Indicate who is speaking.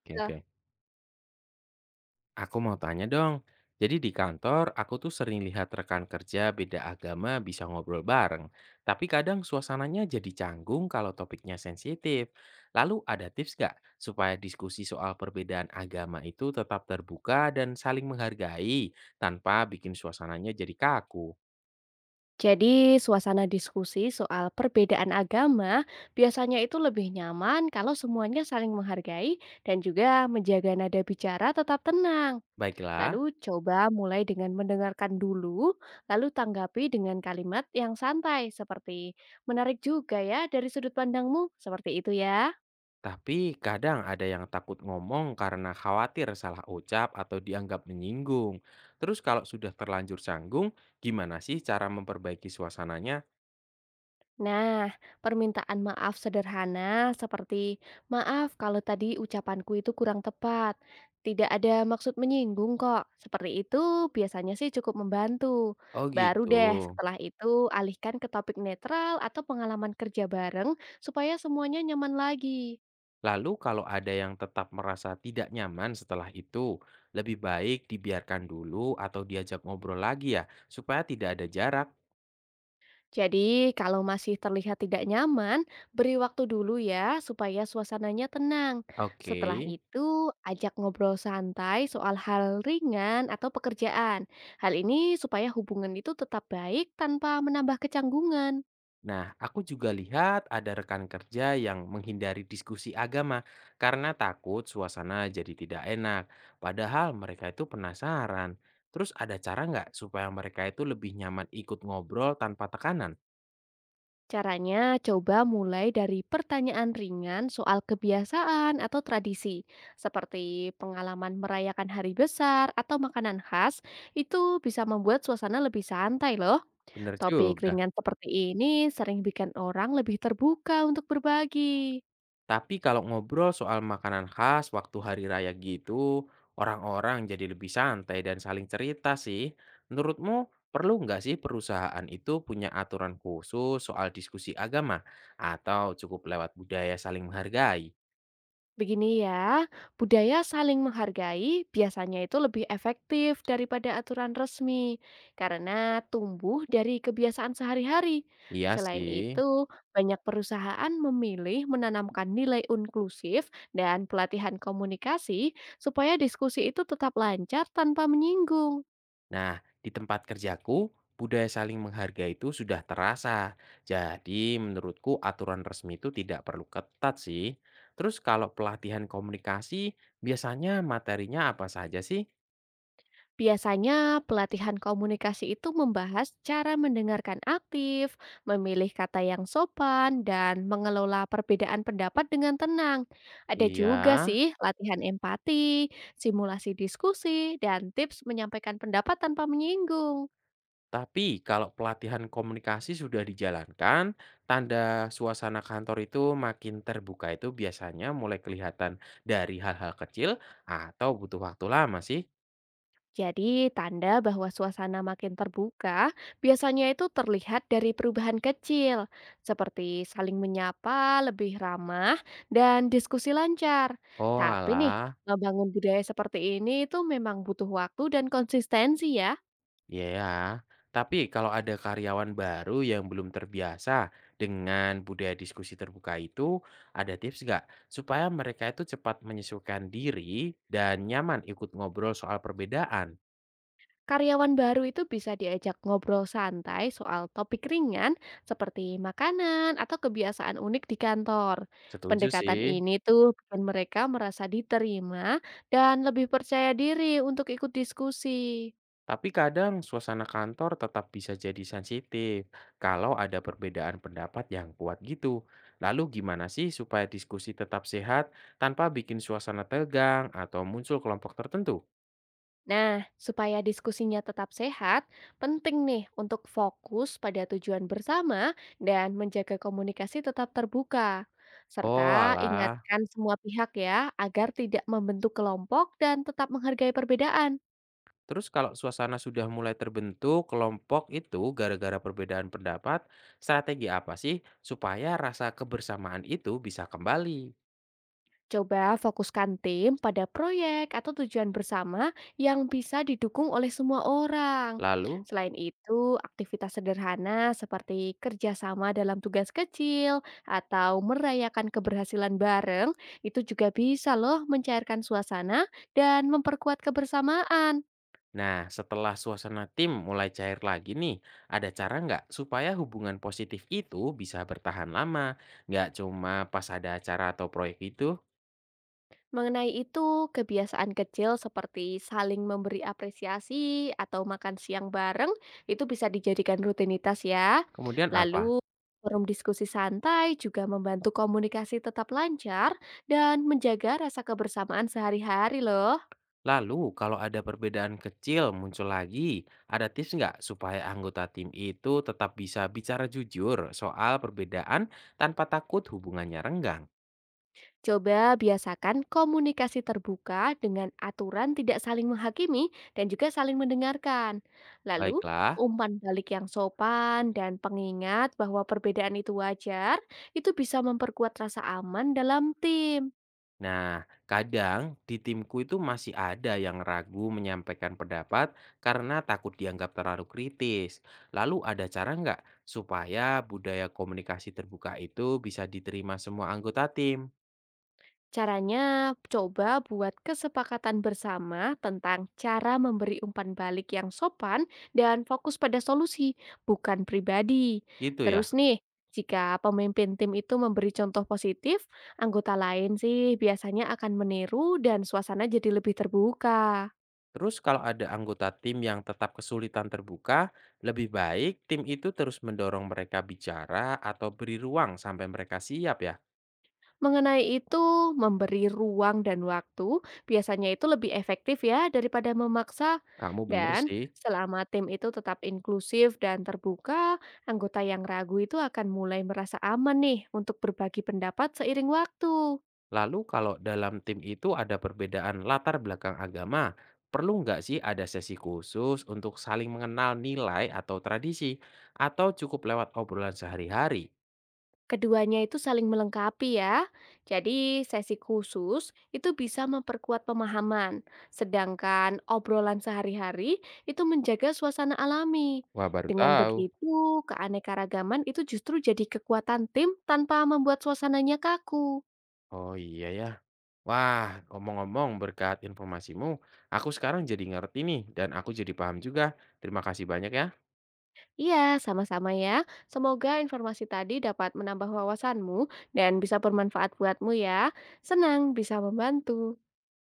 Speaker 1: Oke,
Speaker 2: Nah,
Speaker 1: oke. Aku mau tanya dong. Jadi di kantor aku tuh sering lihat rekan kerja beda agama bisa ngobrol bareng, tapi kadang suasananya jadi canggung kalau topiknya sensitif. Lalu ada tips nggak supaya diskusi soal perbedaan agama itu tetap terbuka dan saling menghargai tanpa bikin suasananya jadi kaku?
Speaker 2: jadi suasana diskusi soal perbedaan agama biasanya itu lebih nyaman kalau semuanya saling menghargai dan juga menjaga nada bicara tetap tenang.
Speaker 1: Baiklah.
Speaker 2: Lalu coba mulai dengan mendengarkan dulu, lalu tanggapi dengan kalimat yang santai seperti menarik juga ya dari sudut pandangmu, seperti itu ya.
Speaker 1: Tapi kadang ada yang takut ngomong karena khawatir salah ucap atau dianggap menyinggung. Terus kalau sudah terlanjur canggung, gimana sih cara memperbaiki suasananya?
Speaker 2: Nah, permintaan maaf sederhana seperti "Maaf kalau tadi ucapanku itu kurang tepat. Tidak ada maksud menyinggung kok." Seperti itu biasanya sih cukup membantu.
Speaker 1: Oh
Speaker 2: Baru
Speaker 1: gitu.
Speaker 2: deh setelah itu alihkan ke topik netral atau pengalaman kerja bareng supaya semuanya nyaman lagi.
Speaker 1: Lalu kalau ada yang tetap merasa tidak nyaman setelah itu, lebih baik dibiarkan dulu atau diajak ngobrol lagi ya, supaya tidak ada jarak.
Speaker 2: Jadi, kalau masih terlihat tidak nyaman, beri waktu dulu ya supaya suasananya tenang.
Speaker 1: Oke.
Speaker 2: Setelah itu, ajak ngobrol santai soal hal ringan atau pekerjaan. Hal ini supaya hubungan itu tetap baik tanpa menambah kecanggungan.
Speaker 1: Nah, aku juga lihat ada rekan kerja yang menghindari diskusi agama karena takut suasana jadi tidak enak. Padahal mereka itu penasaran. Terus ada cara nggak supaya mereka itu lebih nyaman ikut ngobrol tanpa tekanan?
Speaker 2: Caranya, coba mulai dari pertanyaan ringan soal kebiasaan atau tradisi, seperti pengalaman merayakan hari besar atau makanan khas, itu bisa membuat suasana lebih santai loh.
Speaker 1: Bener
Speaker 2: Topik
Speaker 1: juga.
Speaker 2: ringan seperti ini sering bikin orang lebih terbuka untuk berbagi.
Speaker 1: Tapi kalau ngobrol soal makanan khas waktu hari raya gitu, orang-orang jadi lebih santai dan saling cerita sih. Menurutmu perlu nggak sih perusahaan itu punya aturan khusus soal diskusi agama? Atau cukup lewat budaya saling menghargai?
Speaker 2: Begini ya, budaya saling menghargai biasanya itu lebih efektif daripada aturan resmi karena tumbuh dari kebiasaan sehari-hari.
Speaker 1: Iya
Speaker 2: Selain
Speaker 1: sih.
Speaker 2: itu, banyak perusahaan memilih menanamkan nilai inklusif dan pelatihan komunikasi supaya diskusi itu tetap lancar tanpa menyinggung.
Speaker 1: Nah, di tempat kerjaku, budaya saling menghargai itu sudah terasa. Jadi menurutku aturan resmi itu tidak perlu ketat sih. Terus kalau pelatihan komunikasi, biasanya materinya apa saja sih?
Speaker 2: Biasanya, pelatihan komunikasi itu membahas cara mendengarkan aktif, memilih kata yang sopan, dan mengelola perbedaan pendapat dengan tenang. Ada
Speaker 1: Iya,
Speaker 2: juga sih latihan empati, simulasi diskusi, dan tips menyampaikan pendapat tanpa menyinggung.
Speaker 1: tapi kalau pelatihan komunikasi sudah dijalankan, tanda suasana kantor itu makin terbuka itu biasanya mulai kelihatan dari hal-hal kecil atau butuh waktu lama sih.
Speaker 2: Jadi, tanda bahwa suasana makin terbuka biasanya itu terlihat dari perubahan kecil, seperti saling menyapa, lebih ramah, dan diskusi lancar.
Speaker 1: Oh
Speaker 2: Tapi nih,
Speaker 1: alah,
Speaker 2: membangun budaya seperti ini itu memang butuh waktu dan konsistensi ya.
Speaker 1: iya ya. Tapi kalau ada karyawan baru yang belum terbiasa dengan budaya diskusi terbuka itu, ada tips nggak supaya mereka itu cepat menyesuaikan diri dan nyaman ikut ngobrol soal perbedaan?
Speaker 2: Karyawan baru itu bisa diajak ngobrol santai soal topik ringan seperti makanan atau kebiasaan unik di kantor.
Speaker 1: Setuju
Speaker 2: Pendekatan
Speaker 1: sih.
Speaker 2: ini tuh bikin mereka merasa diterima dan lebih percaya diri untuk ikut diskusi.
Speaker 1: Tapi kadang suasana kantor tetap bisa jadi sensitif kalau ada perbedaan pendapat yang kuat gitu. Lalu gimana sih supaya diskusi tetap sehat tanpa bikin suasana tegang atau muncul kelompok tertentu?
Speaker 2: Nah, supaya diskusinya tetap sehat, penting nih untuk fokus pada tujuan bersama dan menjaga komunikasi tetap terbuka. Serta
Speaker 1: Oh alah,
Speaker 2: ingatkan semua pihak ya agar tidak membentuk kelompok dan tetap menghargai perbedaan.
Speaker 1: terus kalau suasana sudah mulai terbentuk kelompok itu gara-gara perbedaan pendapat, strategi apa sih supaya rasa kebersamaan itu bisa kembali?
Speaker 2: Coba fokuskan tim pada proyek atau tujuan bersama yang bisa didukung oleh semua orang.
Speaker 1: Lalu
Speaker 2: Selain itu, aktivitas sederhana seperti kerjasama dalam tugas kecil atau merayakan keberhasilan bareng itu juga bisa loh mencairkan suasana dan memperkuat kebersamaan.
Speaker 1: nah, setelah suasana tim mulai cair lagi nih, ada cara nggak supaya hubungan positif itu bisa bertahan lama? Nggak cuma pas ada acara atau proyek itu?
Speaker 2: Mengenai itu, kebiasaan kecil seperti saling memberi apresiasi atau makan siang bareng itu bisa dijadikan rutinitas ya.
Speaker 1: Kemudian apa?
Speaker 2: Lalu, forum diskusi santai juga membantu komunikasi tetap lancar dan menjaga rasa kebersamaan sehari-hari loh.
Speaker 1: Lalu, kalau ada perbedaan kecil muncul lagi, ada tips nggak supaya anggota tim itu tetap bisa bicara jujur soal perbedaan tanpa takut hubungannya renggang?
Speaker 2: Coba biasakan komunikasi terbuka dengan aturan tidak saling menghakimi dan juga saling mendengarkan. Lalu,
Speaker 1: Baiklah.
Speaker 2: umpan balik yang sopan dan pengingat bahwa perbedaan itu wajar, itu bisa memperkuat rasa aman dalam tim.
Speaker 1: Nah, kadang di timku itu masih ada yang ragu menyampaikan pendapat karena takut dianggap terlalu kritis. Lalu ada cara nggak supaya budaya komunikasi terbuka itu bisa diterima semua anggota tim?
Speaker 2: Caranya, coba buat kesepakatan bersama tentang cara memberi umpan balik yang sopan dan fokus pada solusi, bukan pribadi.
Speaker 1: Gitu ya.
Speaker 2: Terus nih, jika pemimpin tim itu memberi contoh positif, anggota lain sih biasanya akan meniru dan suasana jadi lebih terbuka.
Speaker 1: Terus kalau ada anggota tim yang tetap kesulitan terbuka, lebih baik tim itu terus mendorong mereka bicara atau beri ruang sampai mereka siap ya.
Speaker 2: Mengenai itu, memberi ruang dan waktu biasanya itu lebih efektif ya daripada memaksa.
Speaker 1: Kamu bener
Speaker 2: Dan
Speaker 1: sih.
Speaker 2: selama tim itu tetap inklusif dan terbuka, anggota yang ragu itu akan mulai merasa aman nih untuk berbagi pendapat seiring waktu.
Speaker 1: Lalu kalau dalam tim itu ada perbedaan latar belakang agama, perlu nggak sih ada sesi khusus untuk saling mengenal nilai atau tradisi? Atau cukup lewat obrolan sehari-hari?
Speaker 2: Keduanya itu saling melengkapi ya. Jadi sesi khusus itu bisa memperkuat pemahaman, sedangkan obrolan sehari-hari itu menjaga suasana alami.
Speaker 1: Wah, baru
Speaker 2: Dengan
Speaker 1: tahu.
Speaker 2: begitu, keanekaragaman itu justru jadi kekuatan tim tanpa membuat suasananya kaku.
Speaker 1: Oh iya ya. Wah, ngomong-ngomong berkat informasimu, aku sekarang jadi ngerti nih dan aku jadi paham juga. Terima kasih banyak ya.
Speaker 2: Iya, sama-sama ya. Semoga informasi tadi dapat menambah wawasanmu dan bisa bermanfaat buatmu ya. Senang bisa membantu.